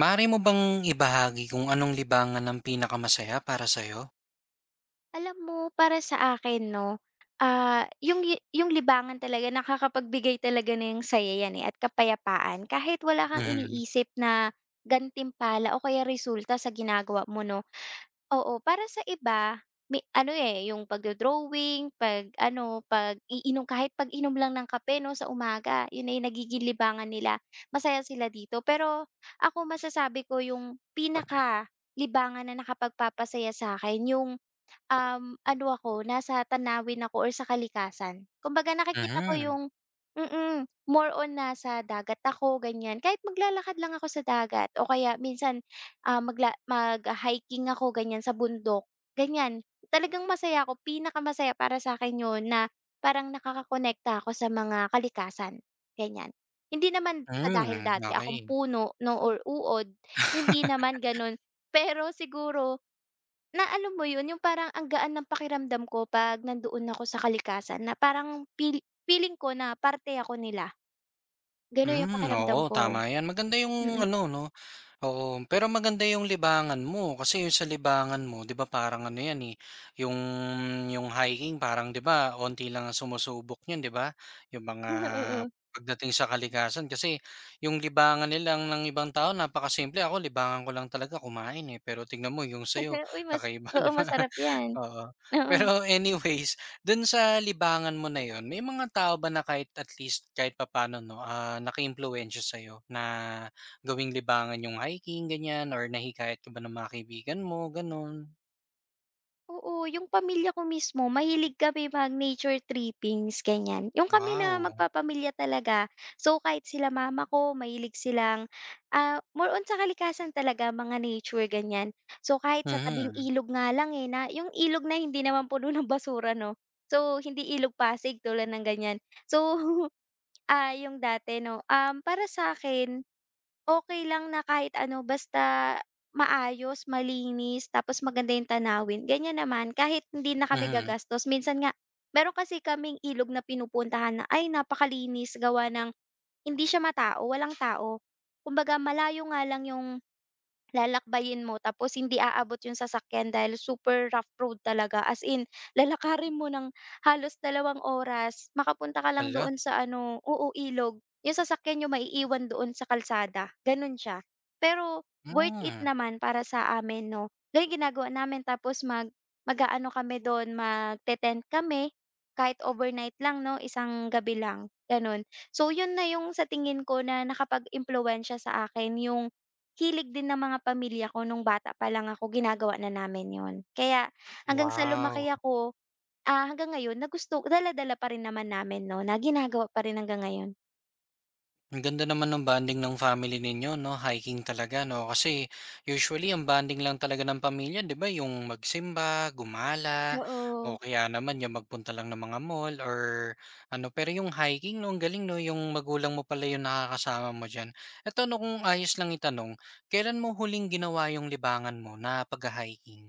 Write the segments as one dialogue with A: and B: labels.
A: Maaari mo bang ibahagi kung anong libangan ang pinakamasaya para sa'yo?
B: Alam mo, para sa akin 'no, yung libangan talaga nakakapagbigay talaga ng saya yan, eh, at kapayapaan kahit wala kang
A: Mhm.
B: iniisip na gantimpala o kaya resulta sa ginagawa mo 'no. Oo, para sa iba may ano, eh, yung pagdo-drawing, pag ano, pag-iinom kahit pag-inom lang ng kape 'no sa umaga, yun ay yung nagiging libangan nila, masaya sila dito. Pero ako masasabi ko yung pinaka libangan na nakapagpapasaya sa akin yung ano, ako nasa tanawin ako or sa kalikasan. Kumbaga nakikita ko
A: Mhm.
B: yung more on nasa dagat ako ganyan, kahit maglalakad lang ako sa dagat o kaya minsan, mag-hiking ako ganyan sa bundok, ganyan. Talagang masaya ako, pinakamasaya para sa akin yun, na parang nakakakonekta ako sa mga kalikasan, ganyan. Hindi naman sa dahil
A: Hmm,
B: dati akong
A: okey.
B: puno 'no or uod, hindi naman gano'n. Pero siguro, na alam mo yun, yung parang ang gaan ng pakiramdam ko 'pag nandoon ako sa kalikasan, na parang feeling ko na parte ako nila, gano'n yung
A: Hmm,
B: pakiramdam
A: oo,
B: ko.
A: tama 'yan. Maganda yung
B: Mm.
A: ano 'no. Oo, pero maganda yung libangan mo kasi yung sa libangan mo 'di ba parang ano 'yan, eh, yung yung hiking parang 'di ba onti lang ang sumusubok niyan 'di ba? Yung mga
B: Oo.
A: pagdating sa kalikasan kasi yung libangan nila ng ibang tao napakasimple, ako libangan ko lang talaga kumain, eh, pero tingnan mo yung sa'yo
B: Uy, mas
A: kakaiba 'di
B: oo,
A: ba?
B: masarap 'yan,
A: Oo.
B: oo.
A: Pero anyways, dun sa libangan mo na yon may mga tao ba na kahit at least kahit papaano 'no, naka-impluwensya sa'yo na gawing libangan yung hiking, ganyan or nahikayat ka ba ng mga kaibigan mo, gano'n?
B: Oo, yung pamilya ko mismo, mahilig kami mag-nature trippings, ganyan. Yung kami na
A: Wow!
B: magpapamilya talaga. So, kahit sila mama ko, mahilig silang, more on sa kalikasan talaga, mga nature, ganyan. So, kahit sa tabing
A: Mhm.
B: ilog nga lang eh, na yung ilog na hindi naman puno ng basura, no? So, hindi ilog Pasig tulad ng ganyan. So, yung dati 'no, para sa akin okay lang na kahit ano basta maayos, malinis, tapos maganda yung tanawin, ganyan naman kahit hindi na kami
A: Mhm.
B: gagastos. Minsan nga meron kasi kaming ilog na pinupuntahan na, ay napakalinis gawa ng hindi siya matao, walang tao. Kumbaga malayo nga lang yung, lalakbayin mo tapos hindi aabot yung sasakyan dahil super rough road talaga, as in lalakarin mo ng halos dalawang oras makapunta ka lang
A: Hala!
B: doon sa ano, oo, ilog. Yung sasakyan niyo maiiwan doon sa kalsada, gano'n siya. Pero worth it
A: Hmm.
B: naman para sa amin 'no. Gano'n ginagawa namin, tapos mag-aano kami doon, magte-tent kami kahit overnight lang 'no, isang gabi lang, gano'n. So 'yun na yung sa tingin ko na nakapag-impluwensiya sa akin. Yung hilig din ng mga pamilya ko, nung bata pa lang ako ginagawa na namin 'yun. Kaya hanggang sa lumaki
A: Wow!
B: ako, hanggang ngayon na gusto, dala-dala pa rin naman namin 'no, na ginagawa pa rin hanggang ngayon.
A: Ang ganda naman ng bonding ng family ninyo 'no, hiking talaga 'no? Kasi usually ang bonding lang talaga ng pamilya 'di ba yung magsimba, gumala, o
B: Oo.
A: kaya naman yung magpunta lang ng mga mall or ano. Pero yung hiking 'no, ang galing 'no, yung magulang mo pala yung nakakasama mo diyan. Eto 'no, kung ayos lang itanong, kailan mo huling ginawa yung libangan mo na pag hiking?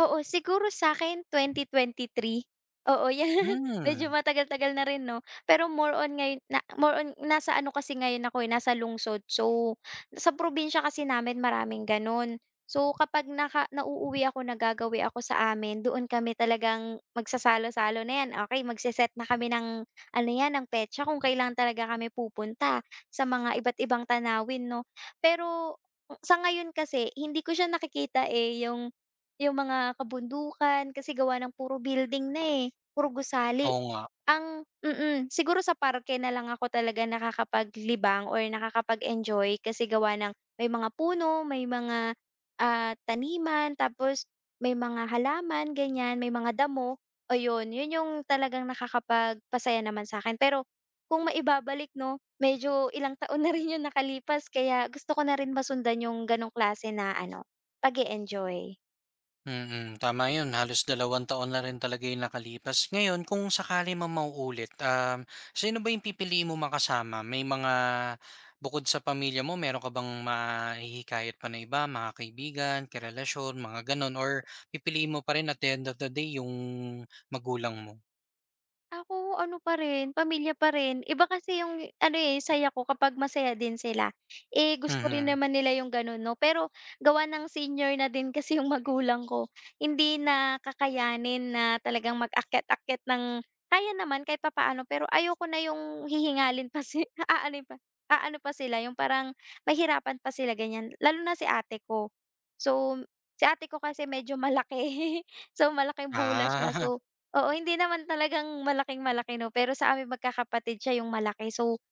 B: Oo, siguro sa'kin three. Oo, 'yan. Medyo
A: Hmm,
B: matagal-tagal na rin 'no, pero more on ngayon na more on nasa ano, kasi ngayon ako, eh, nasa lungsod. So, sa probinsya kasi namin maraming gano'n. So, kapag nauuwi ako, nagagawi ako sa amin, doon kami talagang magsasalo-salo na 'yan. Okey, magse-set na kami ng ano 'yan, ng petsa kung kailan talaga kami pupunta sa mga iba't ibang tanawin 'no. Pero sa ngayon kasi hindi ko siya nakikita, eh, yung mga kabundukan, kasi gawa ng puro building na, eh, puro gusali.
A: oo nga.
B: Ang siguro sa parke na lang ako talaga nakakapaglibang or nakakapag-enjoy, kasi gawa ng may mga puno, may mga, taniman, tapos may mga halaman ganyan, may mga damo, oh, yun. Yun yung talagang nakakapagpasaya naman sa akin. Pero kung maibabalik 'no, medyo ilang taon na rin yung nakalipas, kaya gusto ko na rin masundan yung gano'ng klase na ano, pag enjoy.
A: Mm, tama 'yun. Halos 2 taon na rin talaga 'yung nakalipas. Ngayon kung sakali mang mauulit, sino ba 'yung pipiliin mo makasama? May mga bukod sa pamilya mo meron ka bang mahihikayat pa na iba, mga kaibigan, karelasyon, mga gano'n or pipiliin mo pa rin at the end of the day 'yung magulang mo?
B: Ako ano pa rin, pamilya pa rin. Iba kasi yung ano, eh, saya ko kapag masaya din sila. Eh, gusto rin
A: Mhm.
B: naman nila yung gano'n 'no, pero gawa ng senior na din kasi yung magulang ko, hindi na kakayanin na talagang mag-akyat-akyat ng, kaya naman kahit papaano, pero ayoko na yung hihingalin pa si aanuhin pa, aano pa sila, yung parang mahirapan pa sila ganyan, lalo na si ate ko. So, si ate ko kasi medyo malaki. So, malaking bula siya.
A: Ah,
B: So, oo, hindi naman talagang malaking-malaki 'no, pero sa aming magkakapatid siya yung malaki. So,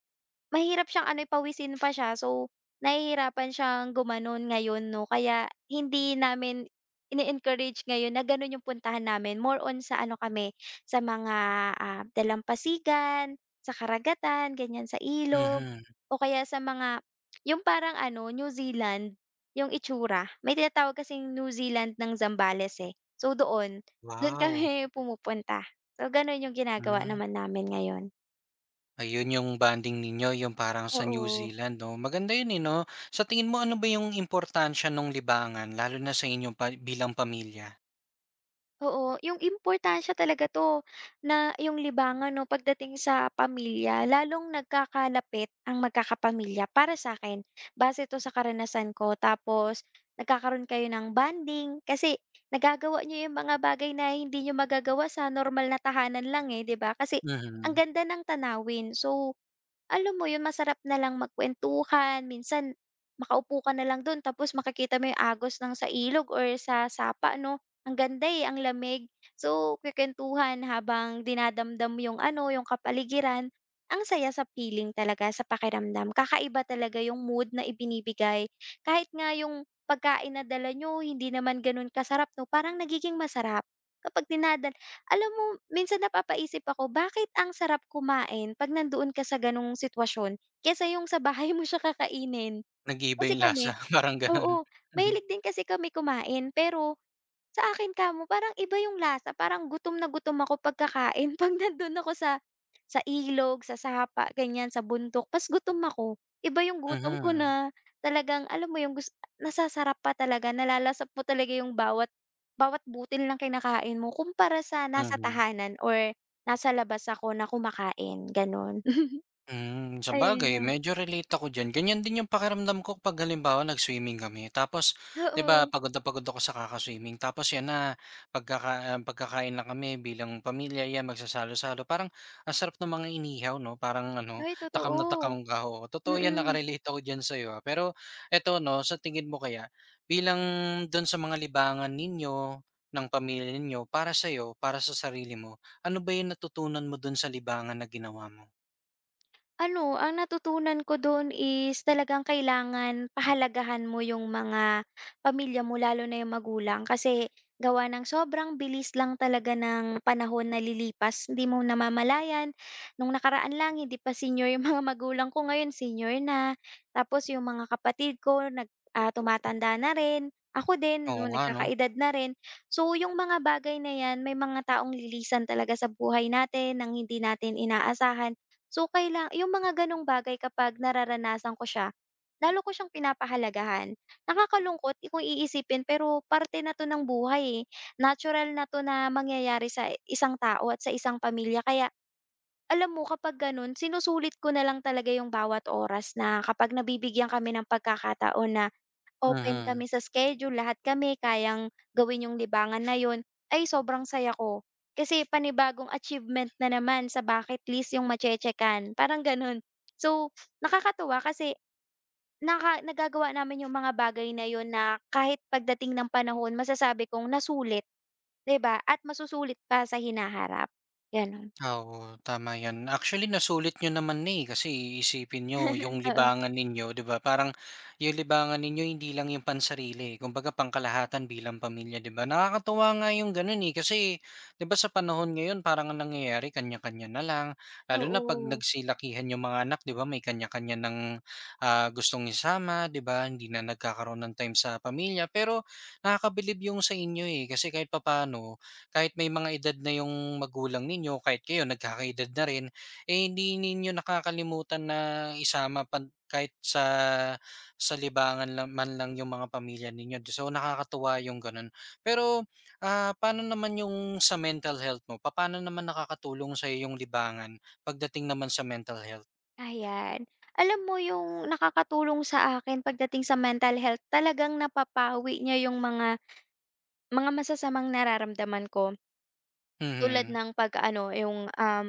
B: mahirap siyang ano, eh, pawisin pa siya. So, nahihirapan siyang gumanon ngayon 'no, kaya hindi namin ini-encourage ngayon na gano'n yung puntahan namin. More on sa ano kami, sa mga, dalampasigan, sa karagatan, ganyan, sa ilog
A: mhm.
B: o kaya sa mga, yung parang ano, New Zealand, yung itsura. May tinatawag kasing New Zealand ng Zambales, eh. So, doon, do'n kami
A: Wow,
B: pumupunta. So, gano'n yung ginagawa
A: hmm.
B: naman namin ngayon.
A: Ayun yung bonding ninyo, yung parang sa New
B: Oo,
A: Zealand 'no, maganda yun, eh, 'no? Sa tingin mo ano ba yung importansya ng libangan lalo na sa inyong pa bilang pamilya?
B: oo. Yung importansya talaga 'to na yung libangan 'no pagdating sa pamilya, lalong nagkakalapit ang magkakapamilya para sa'kin. Base 'to sa karanasan ko, tapos nagkakaroon kayo ng bonding, kasi nagagawa niyo yung mga bagay na hindi niyo magagawa sa normal na tahanan lang, eh, 'di ba? Kasi ang
A: Mhm,
B: ganda ng tanawin. So, alam mo yun, masarap na lang magkuwentuhan, minsan makaupo ka na lang dun, tapos makikita mo yung agos ng sa ilog or sa sapa 'no, ang ganda, eh, ang lamig. So, kukuwentuhan habang dinadamdam yung ano, yung kapaligiran, ang saya sa feeling talaga, sa pakiramdam. Kakaiba talaga yung mood na ibinibigay. Kahit nga yung pagkain na dala niyo hindi naman ganun kasarap 'no, parang nagiging masarap kapag dinada, alam mo, minsan napapaisip ako, bakit ang sarap kumain 'pag nandoon ka sa gano'ng sitwasyon kaysa yung sa bahay mo siya kakainin.
A: nag-iiba
B: Kasi
A: yung lasa
B: kami,
A: parang ganun.
B: oo,
A: Mhm.
B: mahilig din kasi kami kumain, pero sa akin kamo parang iba yung lasa, parang gutom na gutom ako pagkakain 'pag nandun ako sa ilog, sa sapa, ganyan, sa bundok pas gutom ako. Iba yung gutom ko
A: Mhm,
B: na talagang alam mo yung nasasarap pa talaga, nalalasap mo talaga yung bawat bawat butil ng kinakain mo kumpara sa nasa
A: mhm.
B: tahanan or nasa labas ako na kumakain, gano'n.
A: Hmm,
B: Ayun
A: sabagay
B: lang,
A: medyo relate ako diyan. Ganyan din yung pakiramdam ko 'pag halimbawa nag-swimming kami tapos 'di ba
B: oo.
A: pagod na pagod ako sa kaka-swimming tapos 'yan na pagkakain lang kami bilang pamilya 'yan magsasalo-salo parang ang sarap ng mga inihaw 'no, parang ano
B: Ay
A: takam na
B: totoo,
A: takam ka, oo. Totoo 'yan
B: mm.
A: naka-relate ako diyan sa'yo, ah. Pero eto 'no, sa tingin mo kaya bilang dun sa mga libangan ninyo, ng pamilya ninyo, para sa'yo, para sa sarili mo, ano ba yung natutunan mo dun sa libangan na ginawa mo?
B: Ano, ang natutunan ko dun is talagang kailangan pahalagahan mo yung mga pamilya mo, lalo na yung magulang, kasi gawa ng sobrang bilis lang talaga ng panahon na lilipas. Hindi mo namamalayan, nung nakaraan lang hindi pa senior yung mga magulang ko, ngayon senior na. Tapos yung mga kapatid ko tumatanda na rin, ako din
A: Oo
B: no
A: nga 'no.
B: nagkakaedad na rin. So yung mga bagay na yan, may mga taong lilisan talaga sa buhay natin nang hindi natin inaasahan. So, kaila yung mga gano'ng bagay kapag nararanasan ko siya, lalo ko siyang pinapahalagahan. Nakakalungkot kung iisipin, pero parte na 'to ng buhay, eh. Natural na 'to na mangyayari sa isang tao at sa isang pamilya, kaya alam mo kapag gano'n, sinusulit ko na lang talaga yung bawat oras na kapag nabibigyan kami ng pagkakataon na open
A: Mhm.
B: kami sa schedule, lahat kami kayang gawin yung libangan na yun, ay sobrang saya ko. Kasi panibagong achievement na naman sa bucket list yung mache-checkan, parang ganun. So, nakakatuwa kasi naka, nagagawa namin yung mga bagay na yun na kahit pagdating ng panahon, masasabi kong nasulit, 'di ba? At masusulit pa sa hinaharap, gano'n.
A: Oo, tama 'yan. Actually, nasulit niyo naman na, eh, kasi isipin niyo yung libangan ninyo, 'di ba, parang yung libangan ninyo hindi lang yung pansarili, eh, kumbaga pangkalahatan bilang pamilya, 'di ba? Nakakatuwa nga yung gano'n, eh, kasi 'di ba sa panahon ngayon parang ang nangyayari kanya-kanya na lang, lalo
B: Oo,
A: na 'pag
B: oo.
A: nagsilakihan yung mga anak, 'di ba, may kanya-kanya ng, gustong isama, 'di ba, hindi na nagkakaroon ng time sa pamilya. Pero nakakabilib yung sa inyo, eh, kasi kahit papano kahit may mga edad na yung magulang ninyo, kahit kayo nagkakaedad na rin, eh, hindi ninyo nakakalimutan na isama pa kahit sa libangan lang man lang yung mga pamilya ninyo. So, nakakatuwa yung ganun. Pero, paano naman yung sa mental health mo? Paano naman nakakatulong sa yung libangan pagdating naman sa mental health?
B: Ayan. Alam mo yung nakakatulong sa akin pagdating sa mental health, talagang napapawi niya yung mga masasamang nararamdaman ko. Tulad
A: Mhm.
B: ng pag-ano, yung,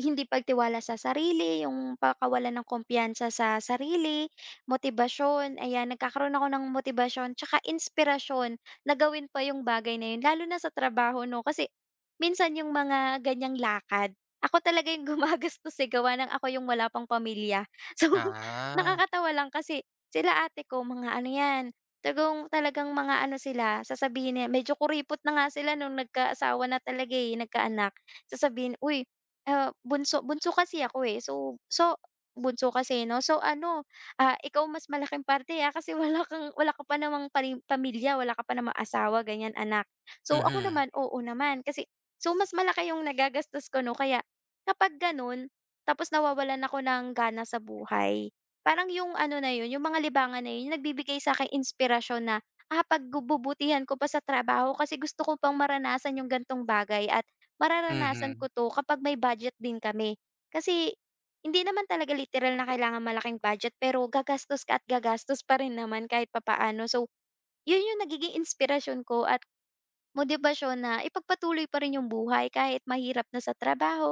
B: hindi pagtiwala sa sarili, yung pagkawalan ng kumpiyansa sa sarili, motibasyon, ayan. Nagkakaroon ako ng motibasyon tsaka inspirasyon na gawin pa yung bagay na yun, lalo na sa trabaho 'no. Kasi minsan yung mga ganiyang lakad, ako talaga yung gumagastos, eh, gawa ng ako yung wala pang pamilya. So,
A: Ah,
B: nakakatawa lang kasi sila ate ko mga ano 'yan, tagong talagang mga ano sila, sasabihin niya medyo kuripot na nga sila nung nagkaasawa na talaga, eh, nagkaanak. Sasabihin, "Uy, bunso," bunso kasi ako, eh. So, bunso kasi 'no. So ano, "Ikaw mas malaking parte, ah, kasi wala kang, wala ka pa namang pamilya, wala ka pa namang asawa, ganyan, anak." So ako
A: mhm,
B: naman, "Oo naman." Kasi so mas malaki yung nagagastos ko 'no, kaya kapag gano'n tapos nawawalan ako ng gana sa buhay, parang yung ano na yun, yung mga libangan na yun, yung nagbibigay sa'kin inspirasyon na, pagbubutihan ko pa sa trabaho kasi gusto ko pang maranasan yung ganitong bagay, at mararanasan
A: mhm,
B: ko 'to kapag may budget din kami. Kasi hindi naman talaga literal na kailangan malaking budget, pero gagastos ka at gagastos pa rin naman kahit papaano. So, yun yung nagiging inspirasyon ko at motibasyon na ipagpatuloy pa rin yung buhay kahit mahirap na sa trabaho,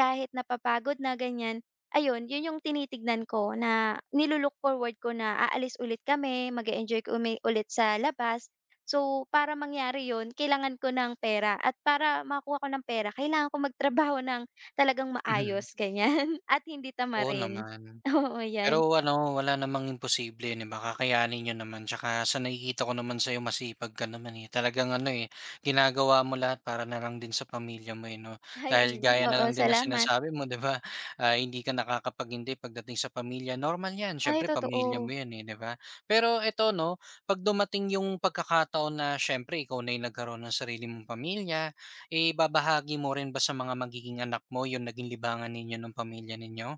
B: kahit napapagod na ganyan. Ayun, yun yung tinitignan ko na nilu-look forward ko, na aalis ulit kami, mag-e-enjoy kami ulit sa labas. So, para mangyari yun, kailangan ko ng pera, at para makakuha ko ng pera, kailangan ko magtrabaho ng talagang
A: mhm.
B: maayos, ganyan, at hindi
A: Oo
B: tamarin.
A: naman.
B: Oo, yan.
A: Pero ano, wala namang imposible 'di ba, kakayanin naman tsaka sa nakikita ko naman sa'yo masipag ka naman, eh. Talagang ano, eh, ginagawa mo lahat para na lang din sa pamilya mo, eh, 'no?
B: Ay,
A: Dahil
B: ayun,
A: gaya na
B: oo,
A: lang din ng
B: salamat.
A: sinasabi mo 'di ba, hindi ka nakakapaghintay pagdating sa pamilya, normal 'yan
B: Ay,
A: siyempre pamilya mo
B: totoo.
A: 'yan, eh, 'di ba? Pero eto 'no, 'pag dumating yung pagkakataon na siyempre ikaw na yung nagkaroon ng sarili mong pamilya, eh, babahagi mo rin ba sa mga magiging anak mo yung naging libangan ninyo nung pamilya ninyo?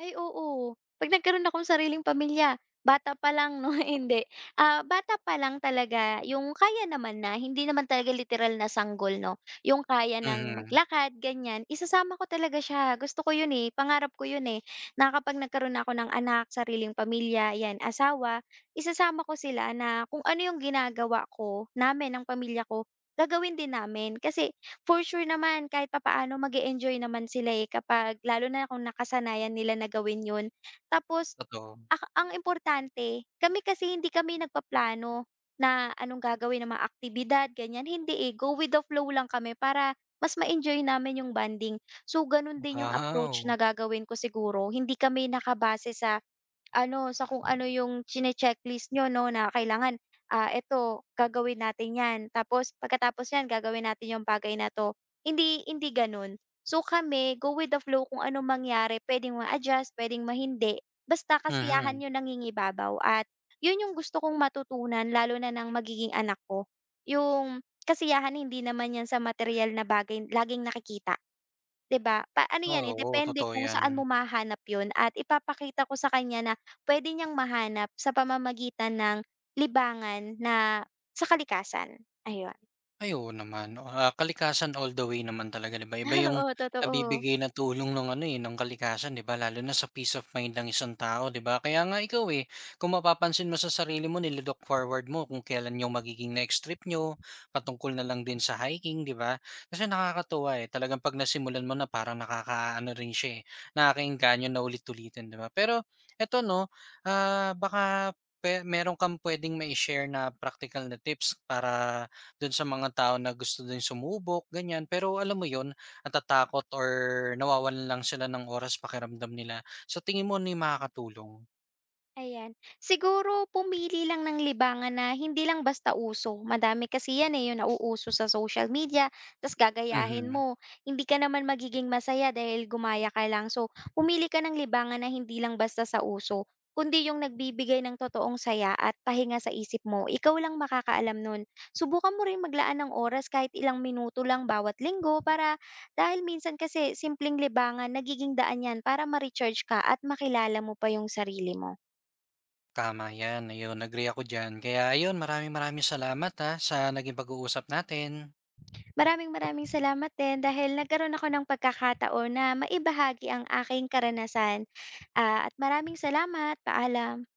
B: Ay oo, 'pag nagkaroon akong sariling pamilya, bata pa lang 'no, hindi. Ah, bata pa lang talaga yung kaya naman na, hindi naman talaga literal na sanggol 'no, yung kaya ng
A: Mhm,
B: maglakad ganyan, isasama ko talaga siya. Gusto ko yun, eh, pangarap ko yun, eh, na kapag nagkaroon ako ng anak, sariling pamilya, 'yan, asawa, isasama ko sila na kung ano yung ginagawa ko, namin ng pamilya ko, gagawin din namin. Kasi for sure naman kahit papaano mag-e-enjoy naman sila, eh, kapag lalo na kung nakasanayan nila na gawin 'yun. Tapos
A: totoo.
B: ang importante, kami kasi hindi kami nagpaplano na anong gagawin ng mga aktibidad ganyan, hindi, eh, go with the flow lang kami para mas ma-enjoy namin yung bonding. So, gano'n din yung approach
A: Wow!
B: na gagawin ko siguro, hindi kami nakabase sa ano, sa kung ano yung chine-checklist niyo 'no, na kailangan, eto gagawin natin 'yan, tapos pagkatapos niyan gagawin natin yung bagay na 'to. Hindi, hindi gano'n. So kami, go with the flow, kung ano mangyari puwedeng ma-adjust, puwedeng mahindi, basta kasiyahan
A: Mhm.
B: yung nangingibabaw, at 'yun yung gusto kong matutunan lalo na ng magiging anak ko. Yung kasiyahan hindi naman 'yan sa material na bagay laging nakikita. 'Di ba? Pa ano 'yan, eh,
A: Oo,
B: depende
A: totoo
B: kung
A: 'yan.
B: saan mo mahanap 'yun, at ipapakita ko sa kanya na puwede niyang mahanap sa pamamagitan ng libangan na sa kalikasan, ayun.
A: Ay, oo naman. Ah, kalikasan all the way naman talaga, 'di ba? Iba yung
B: Oo, totoo.
A: nabibigay na tulong ng ano, eh, ng kalikasan, 'di ba? Lalo na sa peace of mind ng isang tao, 'di ba? Kaya nga ikaw, eh, kung mapapansin mo sa sarili mo, nililook forward mo kung kailan yung magiging next trip nyo, patungkol na lang din sa hiking, 'di ba? Kasi nakakatuwa, eh. Talagang 'pag nasimulan mo na, parang nakakaano rin siya, eh, nakakaengganyo na ulit-ulitin, 'di ba? Pero eto 'no, baka meron kang puwedeng mai-share na practical na tips para dun sa mga tao na gusto din sumubok, ganyan. Pero alam mo yun, natatakot or nawawalan lang sila ng oras pakiramdam nila. Sa tingin mo ano yung makakatulong?
B: Ayan. Siguro pumili lang ng libangan na hindi lang basta uso. Madami kasi yan eh, yung nauuso sa social media, tas gagayahin
A: Mhm.
B: mo. Hindi ka naman magiging masaya dahil gumaya ka lang. So, pumili ka ng libangan na hindi lang basta sa uso, kundi yung nagbibigay ng totoong saya at pahinga sa isip mo. Ikaw lang makakaalam nun. Subukan mo rin maglaan ng oras kahit ilang minuto lang bawat linggo para, dahil minsan kasi simpleng libangan, nagiging daan yan para ma-recharge ka at makilala mo pa yung sarili mo.
A: Tama yan, ayun agree ako diyan. Kaya ayun, maraming maraming salamat ha, sa naging pag-uusap natin.
B: Maraming maraming salamat din dahil nagkaroon ako ng pagkakataon na maibahagi ang aking karanasan. Ah, at maraming salamat. Paalam.